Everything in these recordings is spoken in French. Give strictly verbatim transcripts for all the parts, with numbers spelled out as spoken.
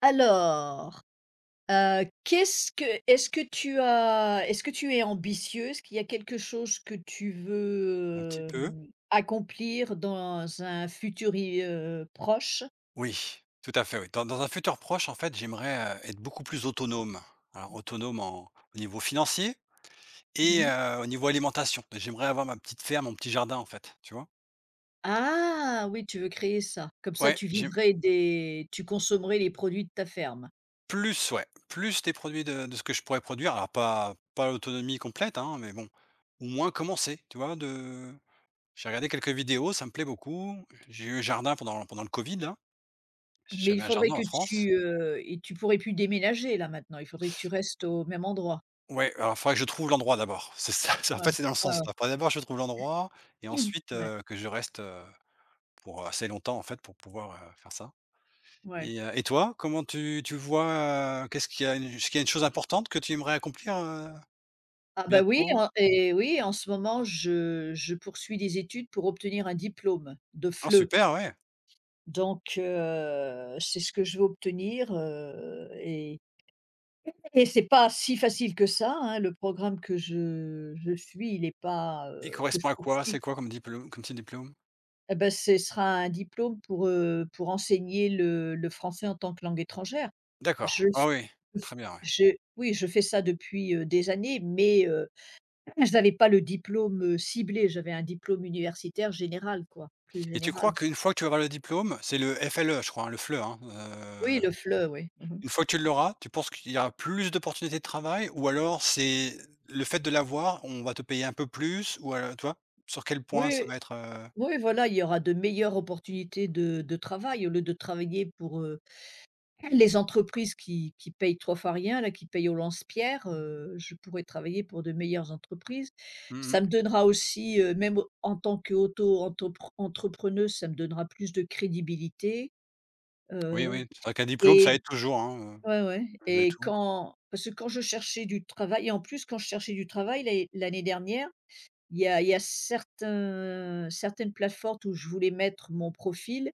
Alors, heu, qu'est-ce que est-ce que tu as est-ce que tu es ambitieuse? Est-ce qu'il y a quelque chose que tu Un petit veux, peu. hem, accomplir dans un futur i heu, proche? Oui, tout à fait, oui. Dans dans un futur proche, en fait, j'aimerais, heu, être beaucoup plus autonome. Alors autonome en au niveau financier et Mmh. heu, au niveau alimentation. J'aimerais avoir ma petite ferme, mon petit jardin, en fait, tu vois? Ah oui, tu veux créer ça. Comme ça, Ouais, tu j'ai vivrais des tu consommerais les produits de ta ferme. plus, ouais, plus des produits de de ce que je pourrais produire. Alors pas pas l'autonomie complète, hein, mais bon, au moins commencer, tu vois? De J'ai regardé quelques vidéos, ça me plaît beaucoup. J'ai eu un jardin pendant pendant le covid, là. Mais il J'avais un faudrait jardin que en France. tu, heu et tu pourrais plus déménager là maintenant, il faudrait que tu restes au même endroit. Ouais, alors il faudrait que je trouve l'endroit d'abord. C'est ça, en Ouais, fait, c'est dans le ouais, sens ouais. là. Faudrait d'abord je trouve l'endroit et ensuite, Ouais, heu, que je reste, heu, pour assez longtemps en fait pour pouvoir, heu, faire ça. ouais. Et heu et toi, comment tu tu vois, heu, qu'est-ce qu'il y a une est-ce qu'il y a une chose importante que tu aimerais accomplir, heu, Ah bah oui, bientôt? en et oui, en ce moment, je je poursuis des études pour obtenir un diplôme de Ah F L E. super, ouais. Donc heu, c'est ce que je veux obtenir, heu et et c'est pas si facile que ça, hein. Le programme que je je suis, il est pas, Il heu que je correspond à quoi? poursuis. C'est quoi comme diplôme comme type diplôme? Et bah, ce sera un diplôme pour, heu, pour enseigner le le français en tant que langue étrangère. Je D'accord. f Ah oui, je f très bien, ouais. je Oui, je fais ça depuis, heu, des années, mais euh, je n'avais pas le diplôme, heu, ciblé, j'avais un diplôme universitaire général quoi, plus Et tu crois général. qu'une fois que tu vas avoir le diplôme, c'est le F L E je crois, hein, le F L E, hein? Oui, Heu le F L E, oui. Mmh. Une fois que tu l'auras, tu penses qu'il y aura plus d'opportunités de travail ou alors c'est le fait de l'avoir, on va te payer un peu plus ou alors tu vois? Sur quel point ça Oui, va être, heu? oui, voilà, il y aura de meilleures opportunités de de travail au lieu de travailler pour, heu, les entreprises qui qui payent trois fois rien là, qui payent au lance-pierre, heu, je pourrais travailler pour de meilleures entreprises. Ça Mmh. me donnera aussi, heu, même au- en tant qu'auto-entrepre entrepreneuse, ça me donnera plus de crédibilité, Oui, heu oui, avec un diplôme et ça aide toujours, hein, heu, ouais, ouais malgré et tout. quand parce que quand je cherchais du travail et en plus quand je cherchais du travail l'année l'année dernière, il y a il y a certains certaines plateformes où je voulais mettre mon profil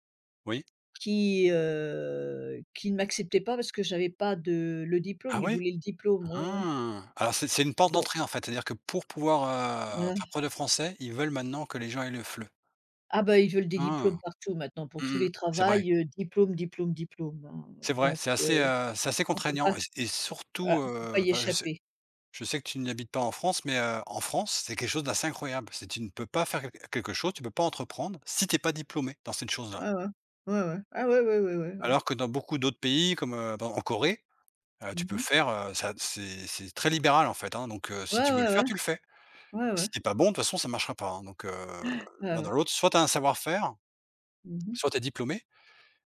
Oui? qui, heu, qui ne m'acceptaient pas parce que j'avais pas de le diplôme. Ah Ils oui. voulaient le diplôme, ouais, ouais. Ah! Alors c'est c'est une porte Dans d'entrée en fait, c'est-à-dire que pour pouvoir, heu, Ouais. faire preuve de français, ils veulent maintenant que les gens aient le F L E. Ah bah, ils veulent des diplômes Ah! partout maintenant pour tous Mmh. les C'est vrai, travails, heu, diplôme, diplôme, diplôme, hein, c'est vrai, donc c'est assez, heu, heu, c'est assez on peut pas contraignant et et voilà, surtout, on peut pas heu, y enfin je sais. échapper. Je sais que tu n'habites pas en France, mais heu, en France, c'est quelque chose d'assez incroyable. C'est Tu ne peux pas faire quelque quelque chose, tu peux pas entreprendre si t'es pas diplômé dans cette chose-là. Ouais, ouais. Ouais, ouais. Ah ouais, ouais, ouais, ouais, ouais. Alors que dans beaucoup d'autres pays comme, heu, ben, en Corée, heu, tu peux Mmh. faire, heu, ça c'est c'est très libéral, en fait, hein, donc heu, si Ouais, tu veux ouais, le ouais. faire, tu le fais. Ouais, ouais. Si t'es pas bon, de toute façon, ça marchera pas, hein, donc heu, Ah l'un dans ouais. l'autre, soit t'as un savoir-faire, Mmh. soit t'es diplômé,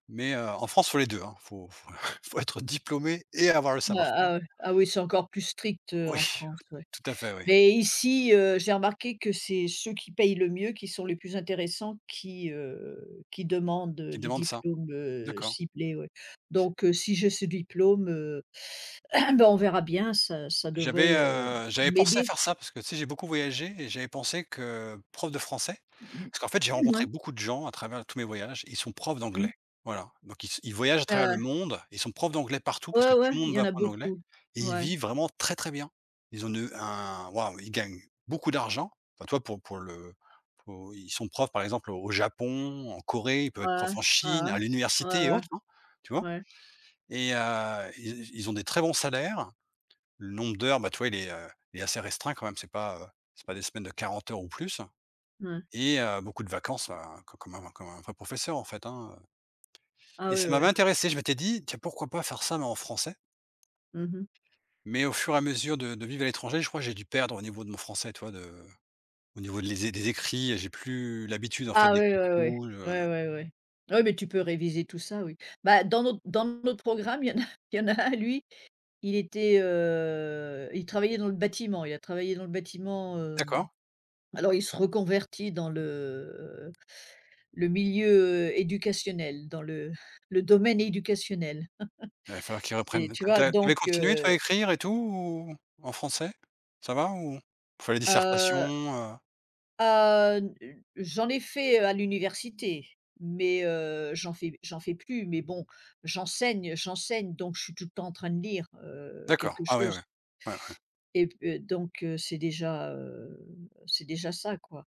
mais heu, en France, faut les deux, hein. Faut faut faut être diplômé et avoir le Ah savoir-faire. ah ouais. Ah oui, c'est encore plus strict, heu, Oui, en France, ouais. tout à fait, oui. Mais ici, heu, j'ai remarqué que c'est ceux qui payent le mieux qui sont les plus intéressants qui, heu, qui demandent, heu, Qui les demande ça. diplômes, heu, D'accord. ciblés, ouais. Donc heu, si j'ai ce diplôme, heu, bah, on verra bien, ça ça J'avais, devrait, heu, heu, j'avais pensé à m'aider. faire ça parce que, tu sais, j'ai beaucoup voyagé et j'avais pensé que prof de français Mmh. parce qu'en fait, j'ai Ouais. rencontré beaucoup de gens à travers tous mes voyages, ils sont profs Mmh. d'anglais. Voilà, donc ils s ils voyagent à Ah travers le ouais. monde, ils sont profs d'anglais partout parce Ouais, que tout ouais, le il monde y va en a apprendre l'anglais beaucoup. et ils Ouais. vivent vraiment très, très bien. Ils ont de un waouh, ils gagnent beaucoup d'argent. Enfin, toi pour pour le pour ils sont profs, par exemple, au Japon, en Corée, ils peuvent être Ouais, profs en ouais. Chine, Ouais, à l'université et ouais. autres, hein, tu vois? Ouais, ouais. Et heu, ils ils ont des très bons salaires le nombre d'heures, bah, tu vois, il est, heu, il est assez restreint quand même. C'est pas, heu, c'est pas des semaines de quarante heures ou plus Ouais. et heu, beaucoup de vacances, bah, co comme un comme un vrai professeur, en fait, hein, Ah et oui, ça m'avait ouais. intéressé. Je m'étais dit: «Tiens, pourquoi pas faire ça mais en français?» Mmh mh. Mais au fur et à mesure de de vivre à l'étranger, je crois que j'ai dû perdre au niveau de mon français, tu vois? De Au niveau de les des écrits, j'ai plus l'habitude, en fait, Ah oui, ouais, d'écrire ouais. beaucoup. je Ouais, ouais, ouais. Ouais, ah oui, mais tu peux réviser tout ça, oui. Bah, dans notre dans notre programme, il y en a il y en a un, lui, il était, heu, il travaillait dans le bâtiment. Il a travaillé dans le bâtiment, heu, d'accord, alors il se reconvertit dans le le milieu, heu, éducationnel, dans le le domaine éducationnel. il va falloir qu'ils C'est reprennent. tu Tu vois? as Donc tu continué, toi, à heu écrire et tout ou en français? Ça va ou il fallait dissertation, heu heu? Heu, n j'en ai fait, à l'université, mais heu, j'en fais j'en fais plus, mais bon, j'enseigne j'enseigne, donc je suis tout le temps en train de lire, heu, D'accord, quelque ah ouais, ouais. chose Ouais. et p donc heu, c'est déjà, heu, c'est déjà ça, quoi.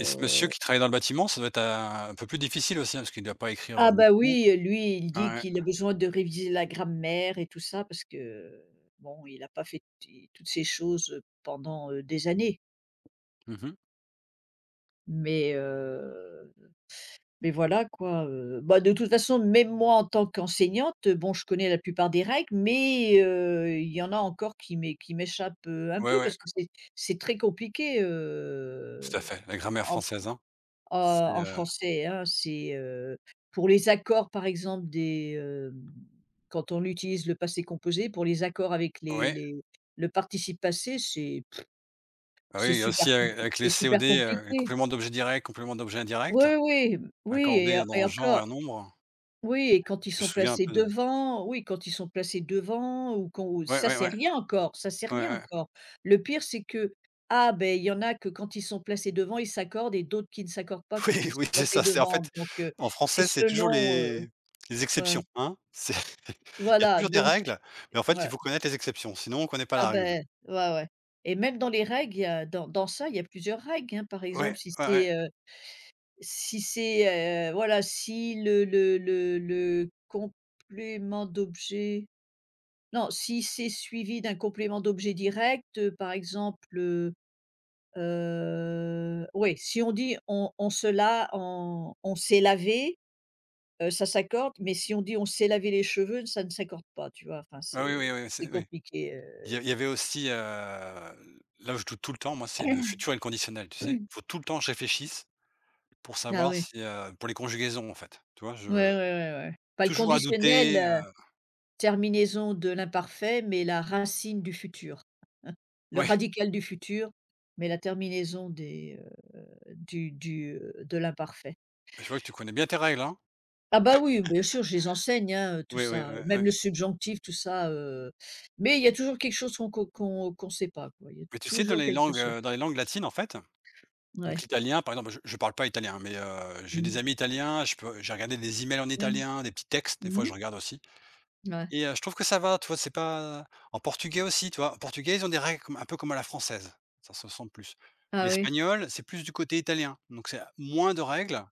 Et ce monsieur qui travaille dans le bâtiment, ça doit être un un peu plus difficile aussi, hein, parce qu'il ne doit pas écrire, ah heu, bah beaucoup. oui, lui, il Ouais, dit ouais. qu'il a besoin de réviser la grammaire et tout ça parce que, bon, il a pas fait t toutes ces choses, pendant, heu, des années, Mmh. mais heu mais voilà quoi, heu, bah, de toute façon, même moi en tant qu'enseignante, heu, bon, je connais la plupart des règles, mais heu, il y en a encore qui m'é qui m'échappent, heu, un Ouais, peu ouais, parce que c'est c'est très compliqué, tout à heu, fait, la grammaire en f française, hein. en C'est, en heu français, hein. C'est, heu, pour les accords par exemple des, hem, quand on utilise le passé composé, pour les accords avec les ouais, les le participe passé, c'est bah, c'est oui, il y a super aussi avec compliqué, avec c'est les super C O D, heu, les compliqué. compléments d'objet direct, compléments d'objet indirect, Oui, oui, oui et accordés et dans genre et encore en nombre. oui et quand ils Je me sont souviens un placés peu de. devant, oui, quand ils sont placés devant ou quand ou Ouais, ça ouais, c'est ouais, rien encore, ça c'est ouais, rien ouais. encore. Le pire c'est que, ah ben il y en a que quand ils sont placés devant, ils s'accordent et d'autres qui ne s'accordent pas quand ils Oui, sont oui, c'est placés ça, c'est en fait, devant donc heu, en c'est français, c'est toujours selon, heu, les les ouais, exceptions, hein. C'est il y a voilà toujours des donc règles, mais en fait, il ouais, faut connaître les exceptions, sinon on ne connaît pas ah la règle. ben ouais, ouais et même dans les règles, il y a dans dans ça, il y a plusieurs règles, hein. Par Ouais, exemple, si ouais, ouais. c'est, heu, si c'est, heu, voilà, si le le le le complément d'objet. Non, si c'est suivi d'un complément d'objet direct, heu, par exemple, heu oui, si on dit: «On on se la on on s'est lavé», heu, ça s'accorde, mais si on dit: «On s'est lavé les cheveux», ça ne s'accorde pas, tu vois? Enfin, Ah oui, oui, c'est oui, c'est c'est oui. compliqué, heu Il y a il y avait aussi, heu, là où je doute tout le temps, moi, c'est le futur inconditionnel, tu sais? Faut tout le temps que je réfléchisse pour ah savoir oui. si, heu pour les conjugaisons, en fait. Tu vois? Ouais, Je ouais, ouais, ouais. Pas le toujours à conditionnel, douter, heu, heu terminaison de l'imparfait, mais la racine du futur. Le ouais, radical du futur, mais la terminaison des, heu, du du, heu, de l'imparfait. je vois que tu connais bien tes règles, hein? Ah bah oui, bien sûr, je les enseigne, hein, tout Oui, oui, ça, oui, même oui. le subjonctif, tout ça, heu, mais il y a toujours quelque chose qu'on qu'on qu'on qu'on sait pas, quoi. Il y a Mais tu sais, dans toujours les quelque langues, chose. heu, dans les langues latines, en fait, donc Ouais. l'italien, par exemple, je je parle pas italien, mais heu, j'ai des Mmh. amis italiens, je peux j'ai regardé des emails en Mmh. italien, des petits textes, des fois, Mmh. je regarde aussi. Ouais. Et heu, je trouve que ça va, tu vois? C'est pas en portugais aussi, tu vois? En portugais, ils ont des règles comme un peu comme à la française, ça se sent plus. Ah oui, L'espagnol, c'est plus du côté italien, donc c'est moins de règles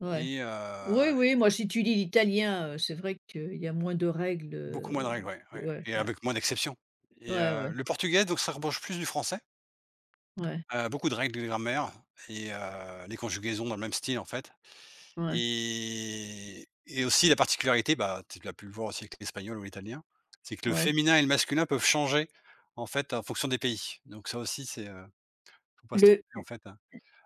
ouais. et heu, Oui, oui, moi, si tu lis l'italien, heu, c'est vrai qu'il y a moins de règles, beaucoup moins heu, de règles, ouais, ouais ouais, et ouais. avec moins d'exceptions et Ouais, ouais, heu, le portugais, donc ça rapproche plus du français, ouais, heu, beaucoup de règles de grammaire et heu, les conjugaisons dans le même style, en fait. ouais, Et et aussi la particularité, bah, tu l'as pu le voir aussi avec l'espagnol ou l'italien, c'est que le ouais. féminin et le masculin peuvent changer, en fait, en fonction des pays. Donc ça aussi, c'est, heu, faut pas se Le tromper, en fait, hein.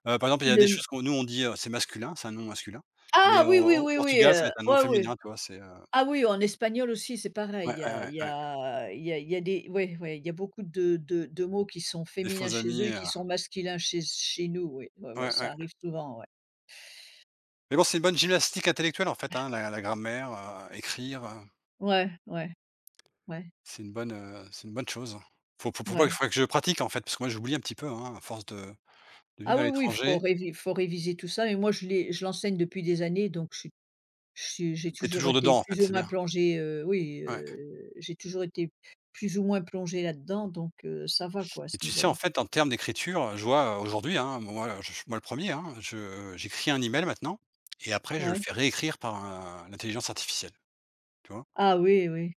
Par exemple, il y a des le choses qu'on nous, on dit, heu, c'est masculin, c'est un nom masculin, mais ah oui, oui, au au oui, oui, Portugal, ça va heu, être un nom ouais, oui. féminin, tu vois? C'est, heu Ah oui, en espagnol aussi, c'est pareil. ouais, Il y ouais, a ouais, il y ouais, a il y a il y a des ouais, ouais, il y a beaucoup de de de mots qui sont les féminins faux chez eux amis, et qui heu, sont masculins chez chez nous, oui. Ouais, ouais, ouais, ça ouais. arrive souvent, ouais. Mais bon, c'est une bonne gymnastique intellectuelle, en fait, hein, la la grammaire, heu, écrire, heu, Ouais, ouais, ouais, c'est une bonne, heu, c'est une bonne chose. Faut faut faut pas que, ouais. faudrait que je pratique, en fait, parce que moi j'oublie un petit peu, hein, à force de. De Ah vivre à oui, oui, il faut l'étranger, révi faut réviser tout ça, mais moi je l'ai je l'enseigne depuis des années, donc je suis je suis j'ai tu es toujours toujours été dedans, en fait, plus ou c'est moins bien. plongée, heu, oui, Ouais heu, j'ai toujours été plus ou moins plongée là-dedans, donc heu, ça va quoi à ce et tu sais, niveau-là. en fait, en termes d'écriture, je vois, heu, aujourd'hui, hein, moi je moi le premier, hein, je j'écris un email maintenant et après je le Ouais. fais réécrire par un l'intelligence artificielle, tu vois? Ah oui, oui.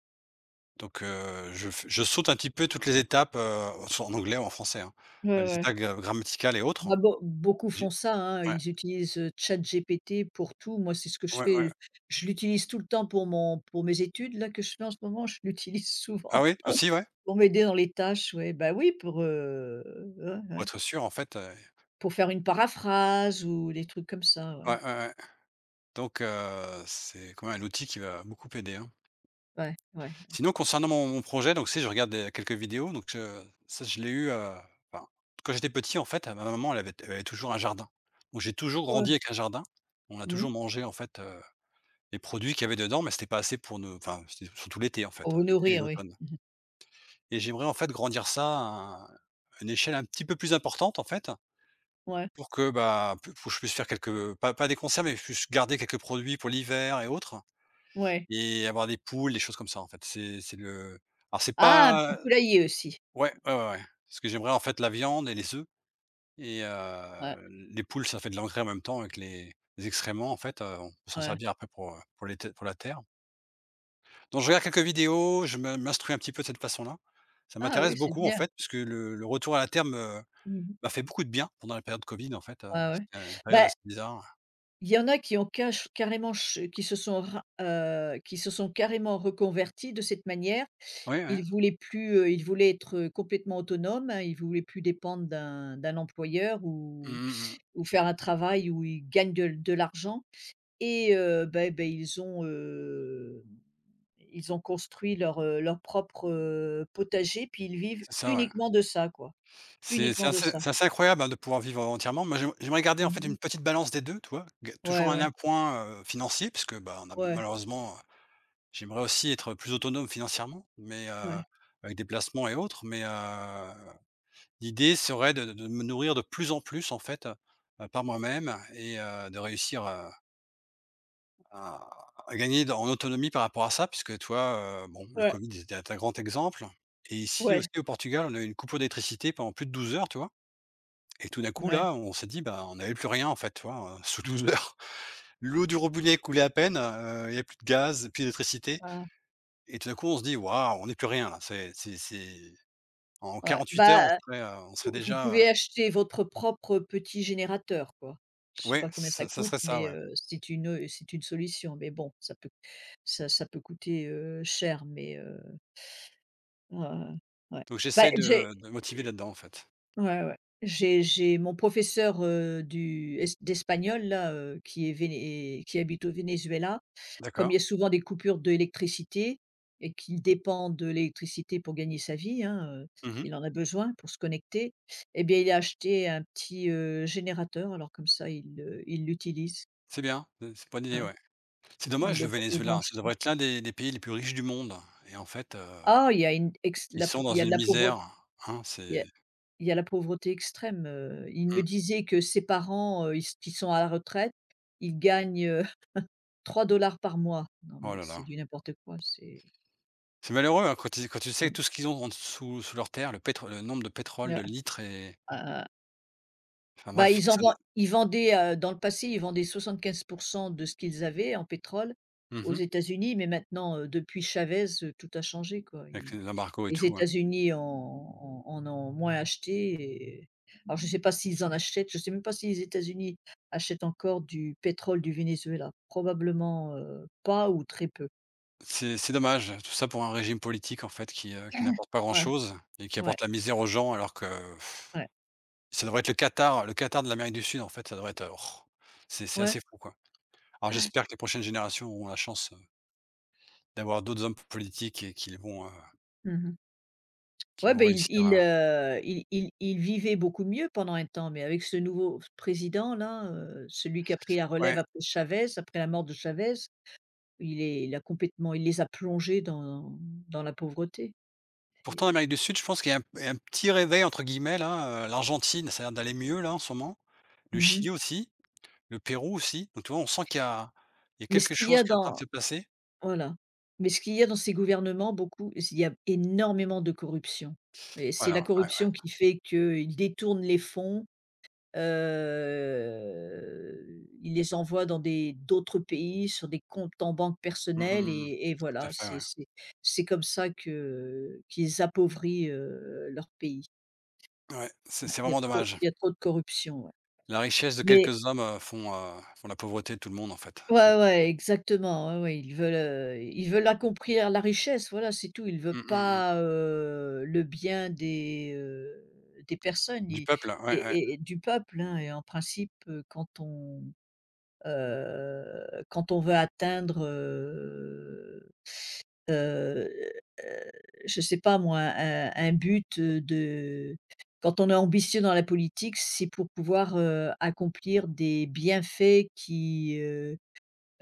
Donc heu, je f je saute un petit peu toutes les étapes, heu, soit en anglais ou en français, hein, Ouais, les ouais. étapes gra grammaticales et Bah, autres. beau beaucoup J'ai font ça, hein, Ouais, ils utilisent, heu, ChatGPT pour tout. Moi, c'est ce que je ouais, ouais. fais. Je l'utilise tout le temps pour mon pour mes études là que je fais en ce moment, je l'utilise Ah souvent oui, aussi, ouais? pour m'aider dans les tâches, ouais. Bah, oui, pour, heu, ouais, Pour ouais, être sûr, en fait, heu, pour faire une paraphrase ou des trucs comme ça, ouais. ouais, ouais, ouais. Donc heu, c'est quand même un outil qui va beaucoup aider, hein. Ouais, ouais, Sinon, concernant mon mon projet, donc, tu sais, je regarde des quelques vidéos, donc heu, ça, je l'ai eu, heu, enfin, quand j'étais petit, en fait, ma maman, elle avait elle avait toujours un jardin. Donc j'ai toujours ouais. grandi avec un jardin. On a Mmh. toujours mangé, en fait, heu, les produits qu'il y avait dedans, mais c'était pas assez pour nous enfin, c'était surtout l'été, en Pour fait, hein, vous l'été et nourrir, oui. l'automne. Et j'aimerais, en fait, grandir ça à une échelle un petit peu plus importante, en fait, Ouais, pour que, bah, p pour que je puisse faire quelques pas pas des conserves, mais je puisse garder quelques produits pour l'hiver et autres ouais. et avoir des poules, des choses comme ça, en fait. C'est c'est le alors c'est Ah, un petit pas. poulailler aussi. Ouais, ouais, ouais, ouais. Parce que j'aimerais en fait la viande et les œufs et Ouais, heu, les poules, ça fait de l'engrais en même temps avec les les excréments en fait, heu, on peut s'en ouais. servir après pour, heu, pour les te pour la terre. Donc je regarde quelques vidéos, je me m'instruis un petit peu de cette façon-là. Ça Ah oui, m'intéresse c'est beaucoup en bien. fait, puisque le le retour à la terre me Mmh. m'a fait beaucoup de bien pendant la période Covid en fait, heu, Ouais, ouais. c'était une période Bah assez bizarre. Il y en a qui ont cache carrément ch qui se sont ra heu, qui se sont carrément reconvertis de cette manière. Oui, oui. Ils voulaient plus, heu, ils voulaient être, heu, complètement autonomes, hein, ils voulaient plus dépendre d'un d'un employeur Mmh ou mh, mmh. ou faire un travail où ils gagnent de de l'argent et heu, beh beh, ils ont, heu, ils ont construit leur, heu, leur propre, heu, potager puis ils vivent C'est ça, ouais. uniquement de ça quoi, C'est c'est uniquement de assez ça. C'est assez incroyable, hein, de pouvoir vivre entièrement. Moi, j'aime j'aimerais garder en fait une Mmh. petite balance des deux. Tu vois? G Ouais, toujours un ouais, un point, heu, financier puisque, bah, on a ouais, malheureusement. J'aimerais aussi être plus autonome financièrement, mais heu, ouais, avec des placements et autres, mais heu, l'idée serait de de me nourrir de plus en plus, en fait, heu, par moi-même et heu, de réussir, heu, à à gagner d en autonomie par rapport à ça. Puisque toi, vois, bon, le ouais, Covid, était un grand exemple et ici ouais, aussi au Portugal, on a eu une coupure d'électricité pendant plus de douze heures, tu vois? Et tout d'un coup, ouais. là, on s'est dit: «Bah, on n'avait plus rien, en fait», tu vois, heu, sous douze heures. L'eau du robinet coulait à peine, heu, il n'y avait plus de gaz, plus d'électricité. Ah, Et tout d'un coup, on se dit: «Waouh, on n'est plus rien là, c'est c'est c'est en ouais. quarante-huit heures, on Bah, serait, heu, on serait vous vous déjà, heu» pouvez acheter votre propre petit générateur, quoi. Je sais ouais, pas combien ça ça ça coûte, serait ça, mais ouais. heu, c'est une, heu, c'est une solution, mais bon, ça peut ça ça peut coûter, heu, cher, mais heu, ouais, ouais, ouais. Donc Bah, j'essaie j'ai de de motiver là-dedans, en fait. ouais, ouais. J'ai j'ai mon professeur, heu, du es d'espagnol là, heu, qui est véné qui habite au Venezuela comme il D'accord. y a souvent des coupures d'électricité et qu'il dépend de l'électricité pour gagner sa vie, hein, heu, Mmh. il en a besoin pour se connecter, eh bien, il a acheté un petit, heu, générateur, alors comme ça il le il l'utilise, C'est bien, heu, c'est pas une bonne idée, hein. ouais. C'est Il dommage le le il Venezuela, hein. branche Ça devrait être l'un des des pays les plus riches du monde et en fait, heu, Ah, il y a une ex ils la p sont dans il y a de une la pauvreté, misère, hein, il y a c'est il y a la pauvreté extrême, heu, il me mmh. disait que ses parents, heu, ils s qui sont à la retraite, ils gagnent, euh, trois dollars par mois. Non Oh mais là c'est là. du n'importe quoi, c'est, C'est malheureux, hein, quand tu quand tu sais tout ce qu'ils ont en dessous sous leur terre, le pétro le nombre de pétrole, heu, de litres et enfin bah, bref, ils en ça ne vend ils vendaient, heu, dans le passé, ils vendaient soixante-quinze pour cent de ce qu'ils avaient en pétrole mmh aux mh, États-Unis, mais maintenant, heu, depuis Chavez, heu, tout a changé, quoi. avec Ils les embargos et Les tout, ouais. États-Unis en en en ont moins acheté et alors je ne sais pas s'ils en achètent, je ne sais même pas si les États-Unis achètent encore du pétrole du Venezuela. Probablement, heu, pas ou très peu. C'est c'est dommage, tout ça pour un régime politique en fait qui, heu, qui n'apporte pas Ouais, grand-chose et qui ouais, apporte la misère aux gens alors que pff, ouais, ça devrait être le Qatar le Qatar de l'Amérique du Sud en fait, ça devrait être, heu, c'est c'est ouais, assez fou, quoi. Alors ouais. j'espère que les prochaines générations auront la chance, heu, d'avoir d'autres hommes politiques et qu'ils vont, heu, Mmh. qu'ils Ouais, vont ben réussir il il, à heu, il il il vivait beaucoup mieux pendant un temps, mais avec ce nouveau président-là, heu, celui qui a pris la relève ouais. après Chavez, après la mort de Chavez, il est il a complètement il les a plongés dans dans la pauvreté. Pourtant C'est l'Amérique du Sud, je pense qu'il y a un un petit «réveil» entre guillemets là, heu, l'Argentine, ça a l'air d'aller mieux là en ce moment, le mmh Chili aussi, le Pérou aussi, donc tu vois on sent qu'il y a il y a Mais ce quelque qu'il y chose a qui est en train de dans se passer. voilà. Mais ce qu'il y a dans ces gouvernements, beaucoup il y a énormément de corruption et c'est Voilà, la ouais, ouais. corruption qui fait qu'ils détournent les fonds. Heu, ils les envoie dans des d'autres pays sur des comptes en banque Mmh mh, personnels mmh. et et Tout voilà, à fait, c'est ouais. c'est c'est comme ça que qu'ils appauvrit, heu, leur pays. Ouais, c'est Ouais, c'est il y a vraiment trop dommage. il y a trop de corruption, ouais. La richesse de Mais quelques hommes, heu, font, heu, font la pauvreté de tout le monde en fait. ouais, C'est ouais, exactement, ouais, ouais, ils veulent, heu, ils veulent accomplir la richesse, voilà, c'est tout. Ils veulent mmh, mmh, mmh, pas, heu, le bien des, heu, des personnes, du ils peuple, ouais, et ouais, et et du peuple, hein et en principe, heu, quand on Heu, quand on veut atteindre, heu heu heu, je sais pas moi, un un but, heu, de quand on est ambitieux dans la politique, c'est pour pouvoir, heu, accomplir des bienfaits qui, heu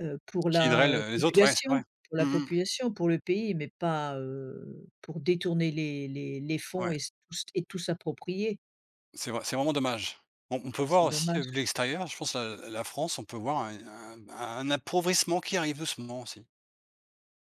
heu, pour qui la, aiderait heu, le les autres, ouais, c'est vrai. population, pour la Mmh mh. population, pour le pays, mais pas, heu, pour détourner les les les fonds Ouais, et s tous et tout s'approprier. c'est vrai, c'est vraiment dommage. On on peut voir C'est aussi, heu, vu de dommage. l'extérieur, je pense la la France, on peut voir un un un appauvrissement qui arrive doucement aussi.